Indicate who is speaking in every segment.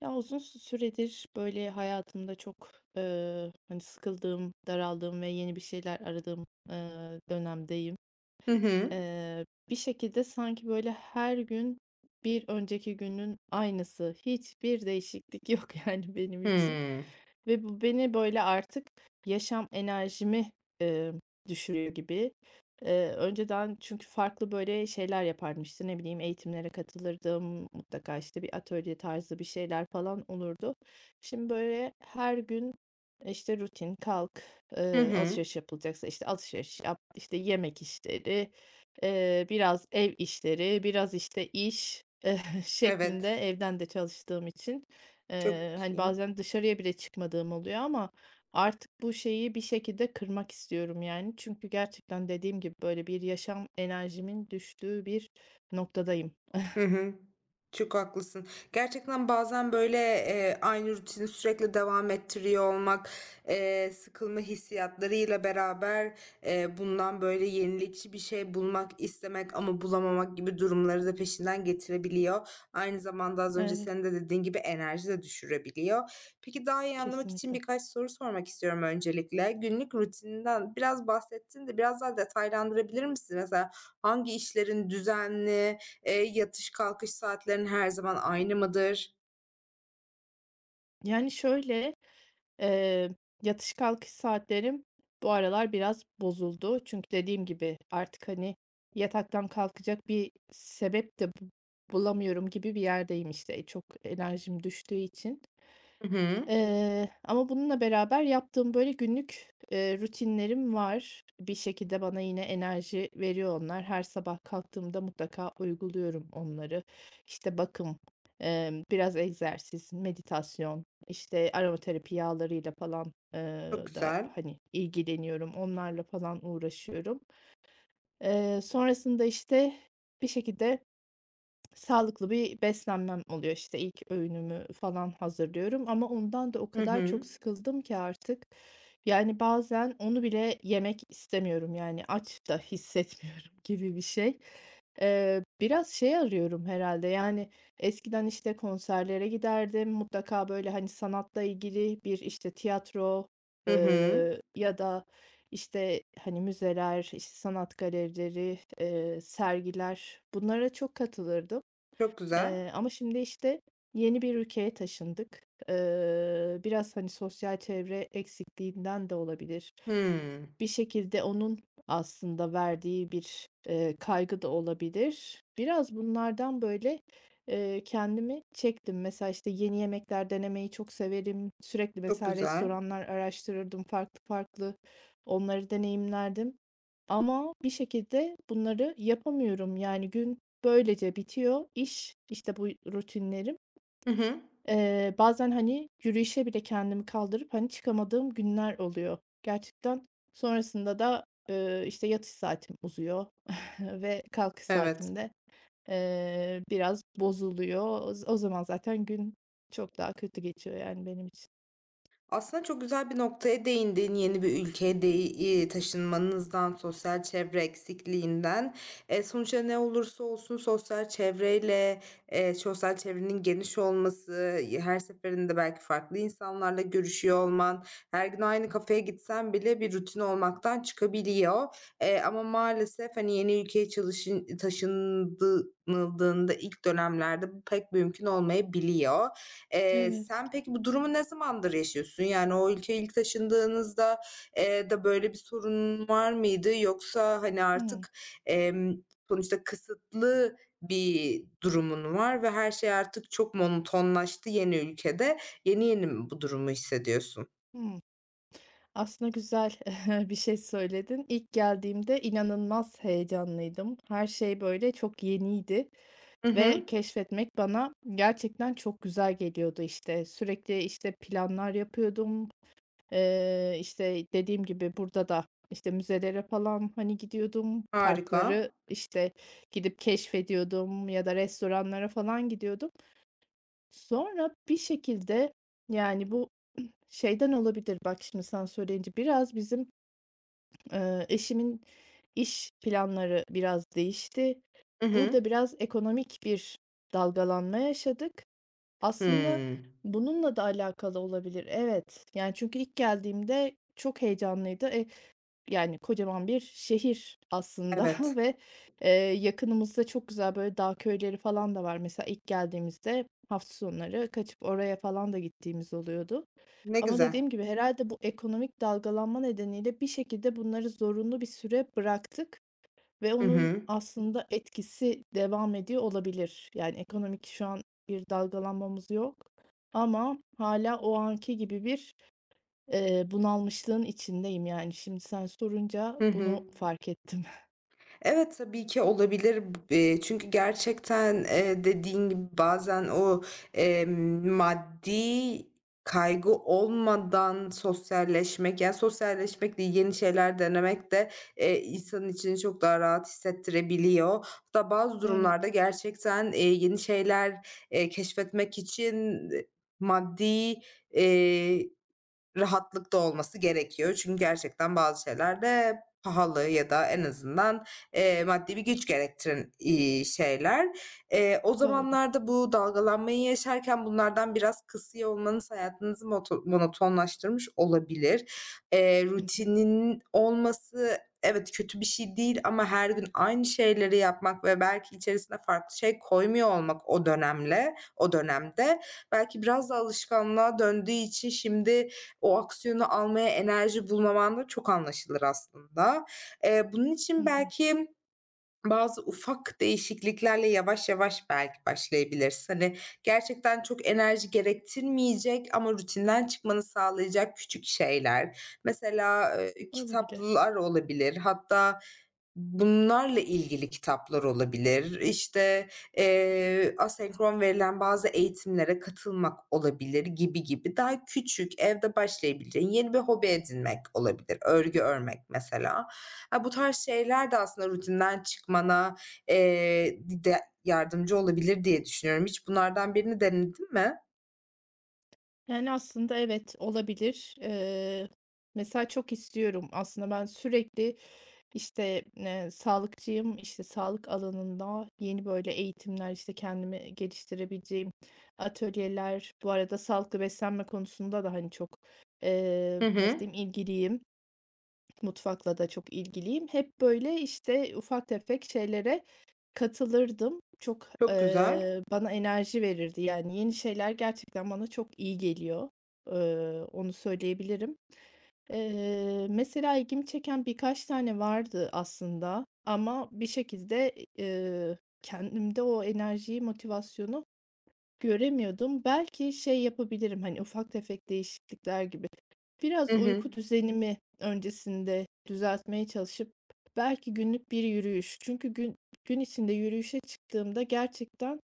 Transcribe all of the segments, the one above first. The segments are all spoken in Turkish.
Speaker 1: Ya, uzun süredir, böyle, hayatımda çok, hani, sıkıldığım, daraldığım ve yeni bir şeyler aradığım, dönemdeyim.
Speaker 2: Hı hı.
Speaker 1: Bir şekilde sanki böyle her gün bir önceki günün aynısı. Hiçbir değişiklik yok yani benim için
Speaker 2: Hımm.
Speaker 1: ve bu beni böyle artık yaşam enerjimi, eee, düşürüyor gibi. Önceden çünkü farklı böyle şeyler yapardım, işte, ne bileyim, eğitimlere katılırdım, mutlaka, işte, bir atölye tarzı bir şeyler falan olurdu. Şimdi böyle her gün, işte, rutin, kalk,
Speaker 2: Hı hı.
Speaker 1: alışveriş yapılacaksa, işte, alışveriş yap, işte, yemek işleri, biraz ev işleri, biraz, işte, iş, şeklinde
Speaker 2: Evet.
Speaker 1: evden de çalıştığım için,
Speaker 2: Çok
Speaker 1: hani,
Speaker 2: iyi.
Speaker 1: bazen dışarıya bile çıkmadığım oluyor ama artık bu şeyi bir şekilde kırmak istiyorum, yani. Çünkü gerçekten dediğim gibi, böyle, bir yaşam enerjimin düştüğü bir noktadayım.
Speaker 2: Hı hı. Çok haklısın. Gerçekten bazen, böyle, aynı rutini sürekli devam ettiriyor olmak, sıkılma hissiyatlarıyla beraber, bundan, böyle, yenilikçi bir şey bulmak istemek ama bulamamak gibi durumları da peşinden getirebiliyor. Aynı zamanda az önce
Speaker 1: Evet,
Speaker 2: senin de dediğin gibi enerji de düşürebiliyor. Peki, daha iyi anlamak için
Speaker 1: kesinlikle.
Speaker 2: birkaç soru sormak istiyorum öncelikle. Günlük rutininden biraz bahsettin de biraz daha detaylandırabilir misin? Mesela hangi işlerin düzenli, yatış kalkış saatlerin her zaman aynı mıdır?
Speaker 1: Yani, şöyle. Eee, yatış kalkış saatlerim bu aralar biraz bozuldu. Çünkü dediğim gibi artık, hani, yataktan kalkacak bir sebep de bu bulamıyorum gibi bir yerdeyim, işte. Çok enerjim düştüğü için.
Speaker 2: Hı hı.
Speaker 1: Ama bununla beraber yaptığım böyle günlük, rutinlerim var. Bir şekilde bana yine enerji veriyor onlar. Her sabah kalktığımda mutlaka uyguluyorum onları. İşte bakım, biraz egzersiz, meditasyon, işte aromaterapi yağlarıyla falan,
Speaker 2: Çok
Speaker 1: da
Speaker 2: güzel.
Speaker 1: hani ilgileniyorum. Onlarla falan uğraşıyorum. Sonrasında işte bir şekilde sağlıklı bir beslenmem oluyor. İşte, ilk öğünümü falan hazırlıyorum ama ondan da o
Speaker 2: Hı
Speaker 1: kadar
Speaker 2: hı.
Speaker 1: çok sıkıldım ki artık, yani, bazen onu bile yemek istemiyorum, yani, aç da hissetmiyorum gibi bir şey. Biraz şey arıyorum herhalde yani, eskiden, işte, konserlere giderdim. Mutlaka, böyle, hani, sanatla ilgili bir, işte, tiyatro,
Speaker 2: Hı hı.
Speaker 1: ya da, işte, hani, müzeler, işte, sanat galerileri, sergiler, bunlara çok katılırdım.
Speaker 2: Çok güzel.
Speaker 1: Ama şimdi, işte, yeni bir ülkeye taşındık. Biraz, hani, sosyal çevre eksikliğinden de olabilir.
Speaker 2: Hımm.
Speaker 1: Bir şekilde onun aslında verdiği bir, kaygı da olabilir. Biraz bunlardan, böyle, kendimi çektim. Mesela, işte, yeni yemekler denemeyi çok severim. Sürekli
Speaker 2: Çok
Speaker 1: mesela
Speaker 2: güzel.
Speaker 1: restoranlar araştırırdım, farklı farklı onları deneyimlerdim ama bir şekilde bunları yapamıyorum. Yani gün böylece bitiyor iş, işte, bu rutinlerim.
Speaker 2: Hı hı.
Speaker 1: Bazen, hani, yürüyüşe bile kendimi kaldırıp, hani, çıkamadığım günler oluyor. Gerçekten sonrasında da, işte, yatış saatim uzuyor ve kalkış
Speaker 2: Evet.
Speaker 1: saatim de, biraz bozuluyor. O zaman zaten gün çok daha kötü geçiyor, yani, benim için.
Speaker 2: Aslında çok güzel bir noktaya değindin. Yeni bir ülkeye taşınmanızdan, sosyal çevre eksikliğinden. Sonuçta ne olursa olsun sosyal çevreyle, sosyal çevrenin geniş olması, her seferinde belki farklı insanlarla görüşüyor olman, her gün aynı kafeye gitsen bile bir rutin olmaktan çıkabiliyor. Ama maalesef, hani, yeni ülkeye çalışın taşındı ilk dönemlerde bu pek mümkün olmayabiliyor.
Speaker 1: Evet.
Speaker 2: Sen peki bu durumu ne zamandır yaşıyorsun? Yani o ülkeye ilk taşındığınızda, da böyle bir sorunun var mıydı? Yoksa, hani,
Speaker 1: Hımm,
Speaker 2: artık, emm, sonuçta kısıtlı bir durumun var ve her şey artık çok monotonlaştı yeni ülkede. Yeni yeni mi bu durumu hissediyorsun?
Speaker 1: hımm. Aslında güzel bir şey söyledin. İlk geldiğimde inanılmaz heyecanlıydım. Her şey, böyle, çok yeniydi.
Speaker 2: Hı
Speaker 1: Ve
Speaker 2: hı.
Speaker 1: keşfetmek bana gerçekten çok güzel geliyordu işte. Sürekli, işte, planlar yapıyordum. İşte, dediğim gibi burada da, işte, müzelere falan, hani, gidiyordum.
Speaker 2: Harika.
Speaker 1: Parkları, işte, gidip keşfediyordum ya da restoranlara falan gidiyordum. Sonra bir şekilde, yani, bu şeyden olabilir, bak, şimdi sen söyleyince biraz bizim, eşimin iş planları biraz değişti.
Speaker 2: Hı hı.
Speaker 1: Burada biraz ekonomik bir dalgalanma yaşadık. Aslında
Speaker 2: Hımm.
Speaker 1: bununla da alakalı olabilir. Evet. Yani, çünkü ilk geldiğimde çok heyecanlıydı. Yani, kocaman bir şehir aslında
Speaker 2: Evet.
Speaker 1: ve, yakınımızda çok güzel, böyle, dağ köyleri falan da var. Mesela ilk geldiğimizde hafta sonları kaçıp oraya falan da gittiğimiz oluyordu.
Speaker 2: Ne
Speaker 1: Ama
Speaker 2: güzel.
Speaker 1: dediğim gibi herhalde bu ekonomik dalgalanma nedeniyle bir şekilde bunları zorunlu bir süre bıraktık ve
Speaker 2: Hı
Speaker 1: onun
Speaker 2: hı.
Speaker 1: aslında etkisi devam ediyor olabilir. Yani ekonomik şu an bir dalgalanmamız yok ama hala o anki gibi bir, bunalmışlığın içindeyim yani. Şimdi sen sorunca
Speaker 2: Hı
Speaker 1: bunu
Speaker 2: hı.
Speaker 1: fark ettim.
Speaker 2: Evet, tabii ki olabilir. Çünkü gerçekten, dediğin gibi bazen o, maddi kaygı olmadan sosyalleşmek, yani, sosyalleşmek değil, yeni şeyler denemek de, insanın içini çok daha rahat hissettirebiliyor. Hatta bazı
Speaker 1: Evet.
Speaker 2: durumlarda gerçekten, yeni şeyler, keşfetmek için, e, maddi, eee rahatlıkta olması gerekiyor. Çünkü gerçekten bazı şeyler de pahalı ya da en azından, maddi bir güç gerektiren, şeyler. O
Speaker 1: Doğru.
Speaker 2: zamanlarda bu dalgalanmayı yaşarken bunlardan biraz kısıyor olmanız hayatınızı monotonlaştırmış olabilir.
Speaker 1: Hı hı.
Speaker 2: Rutinin olması evet, kötü bir şey değil ama her gün aynı şeyleri yapmak ve belki içerisine farklı şey koymuyor olmak o dönemde belki biraz da alışkanlığa döndüğü için şimdi, o aksiyonu almaya enerji bulmaman da çok anlaşılır aslında. Bunun
Speaker 1: Hı
Speaker 2: için
Speaker 1: hı.
Speaker 2: belki, bazı ufak değişikliklerle yavaş yavaş belki başlayabilirsin. Hani, gerçekten çok enerji gerektirmeyecek ama rutinden çıkmanı sağlayacak küçük şeyler. Mesela,
Speaker 1: Olabilir.
Speaker 2: kitaplar olabilir. Hatta bunlarla ilgili kitaplar olabilir. İşte, asenkron verilen bazı eğitimlere katılmak olabilir gibi gibi. Daha küçük, evde başlayabileceğin yeni bir hobi edinmek olabilir. Örgü örmek mesela. Ha, bu tarz şeyler de aslında rutinden çıkmana, de yardımcı olabilir diye düşünüyorum. Hiç bunlardan birini denedin mi?
Speaker 1: Yani, aslında evet, olabilir. Mesela çok istiyorum aslında ben sürekli, işte, sağlıkçıyım, işte, sağlık alanında yeni, böyle, eğitimler, işte, kendimi geliştirebileceğim atölyeler. Bu arada sağlıklı beslenme konusunda da, hani, çok,
Speaker 2: Hı
Speaker 1: nasıl
Speaker 2: hı.
Speaker 1: diyeyim, ilgiliyim. Mutfakla da çok ilgiliyim. Hep, böyle, işte, ufak tefek şeylere katılırdım. Çok,
Speaker 2: Çok güzel.
Speaker 1: bana enerji verirdi. Yani, yeni şeyler gerçekten bana çok iyi geliyor. Onu söyleyebilirim. Mesela ilgimi çeken birkaç tane vardı aslında ama bir şekilde, kendimde o enerjiyi, motivasyonu göremiyordum. Belki şey yapabilirim, hani, ufak tefek değişiklikler gibi. Biraz
Speaker 2: Hı hı.
Speaker 1: uyku düzenimi öncesinde düzeltmeye çalışıp belki günlük bir yürüyüş. Çünkü gün içinde yürüyüşe çıktığımda gerçekten,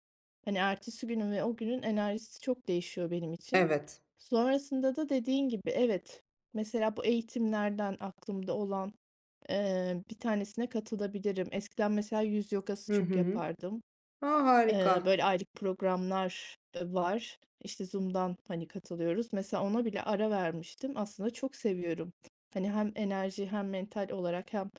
Speaker 1: hani, ertesi günün ve o günün enerjisi çok değişiyor benim için.
Speaker 2: Evet.
Speaker 1: Sonrasında da dediğin gibi evet, mesela bu eğitimlerden aklımda olan, bir tanesine katılabilirim. Eskiden mesela yüz yogası
Speaker 2: Hı
Speaker 1: çok
Speaker 2: hı.
Speaker 1: yapardım.
Speaker 2: A, harika.
Speaker 1: Böyle aylık programlar, var. İşte Zoom'dan, hani, katılıyoruz. Mesela ona bile ara vermiştim. Aslında çok seviyorum. Hani, hem enerji hem mental olarak hem,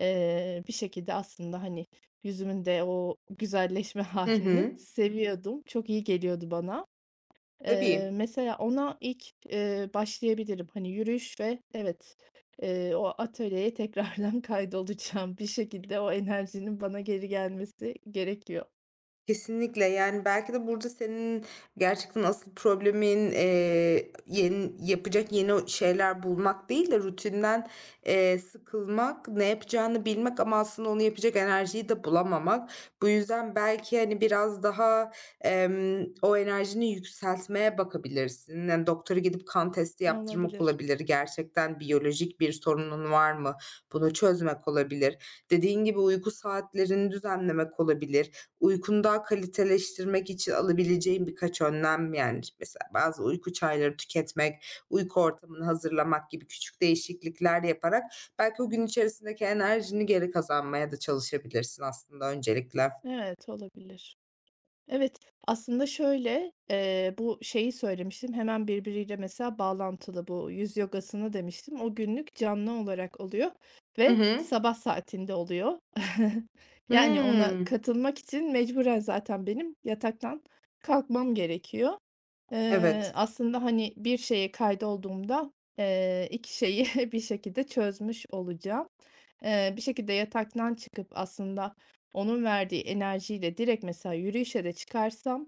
Speaker 1: bir şekilde aslında, hani, yüzümün de o güzelleşme
Speaker 2: Hı
Speaker 1: halini
Speaker 2: hı.
Speaker 1: seviyordum. Çok iyi geliyordu bana.
Speaker 2: Tabii.
Speaker 1: Mesela ona ilk, başlayabilirim. Hani, yürüyüş ve evet, o atölyeye tekrardan kaydolacağım. Bir şekilde o enerjinin bana geri gelmesi gerekiyor.
Speaker 2: Kesinlikle, yani, belki de burada senin gerçekten asıl problemin, yapacak yeni o şeyler bulmak değil de rutinden, sıkılmak, ne yapacağını bilmek ama aslında onu yapacak enerjiyi de bulamamak. Bu yüzden belki, hani, biraz daha, o enerjini yükseltmeye bakabilirsin. Yani, doktora gidip kan testi yaptırmak
Speaker 1: Olabilir.
Speaker 2: olabilir. Gerçekten biyolojik bir sorunun var mı? Bunu çözmek olabilir. Dediğin gibi uyku saatlerini düzenlemek olabilir. Uykunu daha kaliteleştirmek için alabileceğin birkaç önlem, yani, mesela bazı uyku çayları tüketmek, uyku ortamını hazırlamak gibi küçük değişiklikler yaparak belki o gün içerisindeki enerjini geri kazanmaya da çalışabilirsin aslında öncelikle.
Speaker 1: Evet, olabilir. Evet, aslında şöyle, bu şeyi söylemiştim, hemen birbiriyle mesela bağlantılı bu yüz yogasını demiştim. O günlük canlı olarak oluyor
Speaker 2: Hı
Speaker 1: ve
Speaker 2: hı.
Speaker 1: sabah saatinde oluyor. Yani ona
Speaker 2: Hımm.
Speaker 1: katılmak için mecburen zaten benim yataktan kalkmam gerekiyor.
Speaker 2: Evet.
Speaker 1: Aslında, hani, bir şeye kaydolduğumda, 2 şeyi bir şekilde çözmüş olacağım. Bir şekilde yataktan çıkıp aslında onun verdiği enerjiyle direkt mesela yürüyüşe de çıkarsam,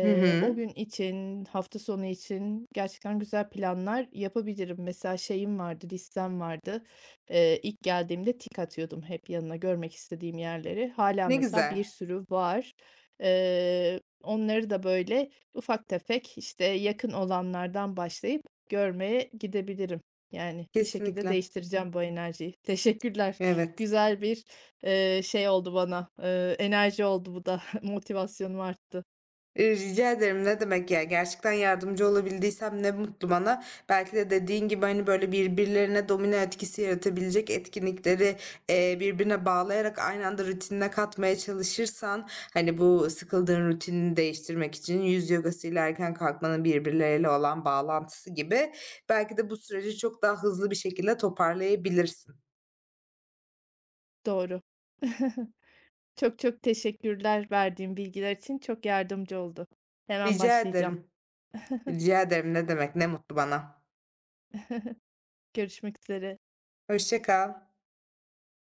Speaker 2: Hı
Speaker 1: o
Speaker 2: hı.
Speaker 1: gün için, hafta sonu için gerçekten güzel planlar yapabilirim. Mesela şeyim vardı, listem vardı. İlk geldiğimde tik atıyordum hep yanına görmek istediğim yerleri. Hala
Speaker 2: Ne
Speaker 1: mesela
Speaker 2: güzel.
Speaker 1: bir sürü var. Onları da, böyle, ufak tefek, işte, yakın olanlardan başlayıp görmeye gidebilirim. Yani bir şekilde
Speaker 2: Kesinlikle.
Speaker 1: değiştireceğim bu enerjiyi. Teşekkürler.
Speaker 2: Evet.
Speaker 1: Güzel bir, şey oldu bana, enerji oldu bu da. Motivasyonum arttı.
Speaker 2: Rica ederim, ne demek ya. Gerçekten yardımcı olabildiysem ne mutlu bana. Belki de dediğin gibi, hani, böyle, birbirlerine domino etkisi yaratabilecek etkinlikleri, birbirine bağlayarak aynı anda rutinine katmaya çalışırsan, hani, bu sıkıldığın rutinini değiştirmek için yüz yoga'sı ile erken kalkmanın birbirleriyle olan bağlantısı gibi, belki de bu süreci çok daha hızlı bir şekilde toparlayabilirsin.
Speaker 1: Doğru. Çok çok teşekkürler verdiğim bilgiler için. Çok yardımcı oldu. Hemen
Speaker 2: Rica
Speaker 1: başlayacağım.
Speaker 2: ederim, rica ederim. Ne demek, ne mutlu bana.
Speaker 1: Görüşmek üzere.
Speaker 2: Hoşça kal.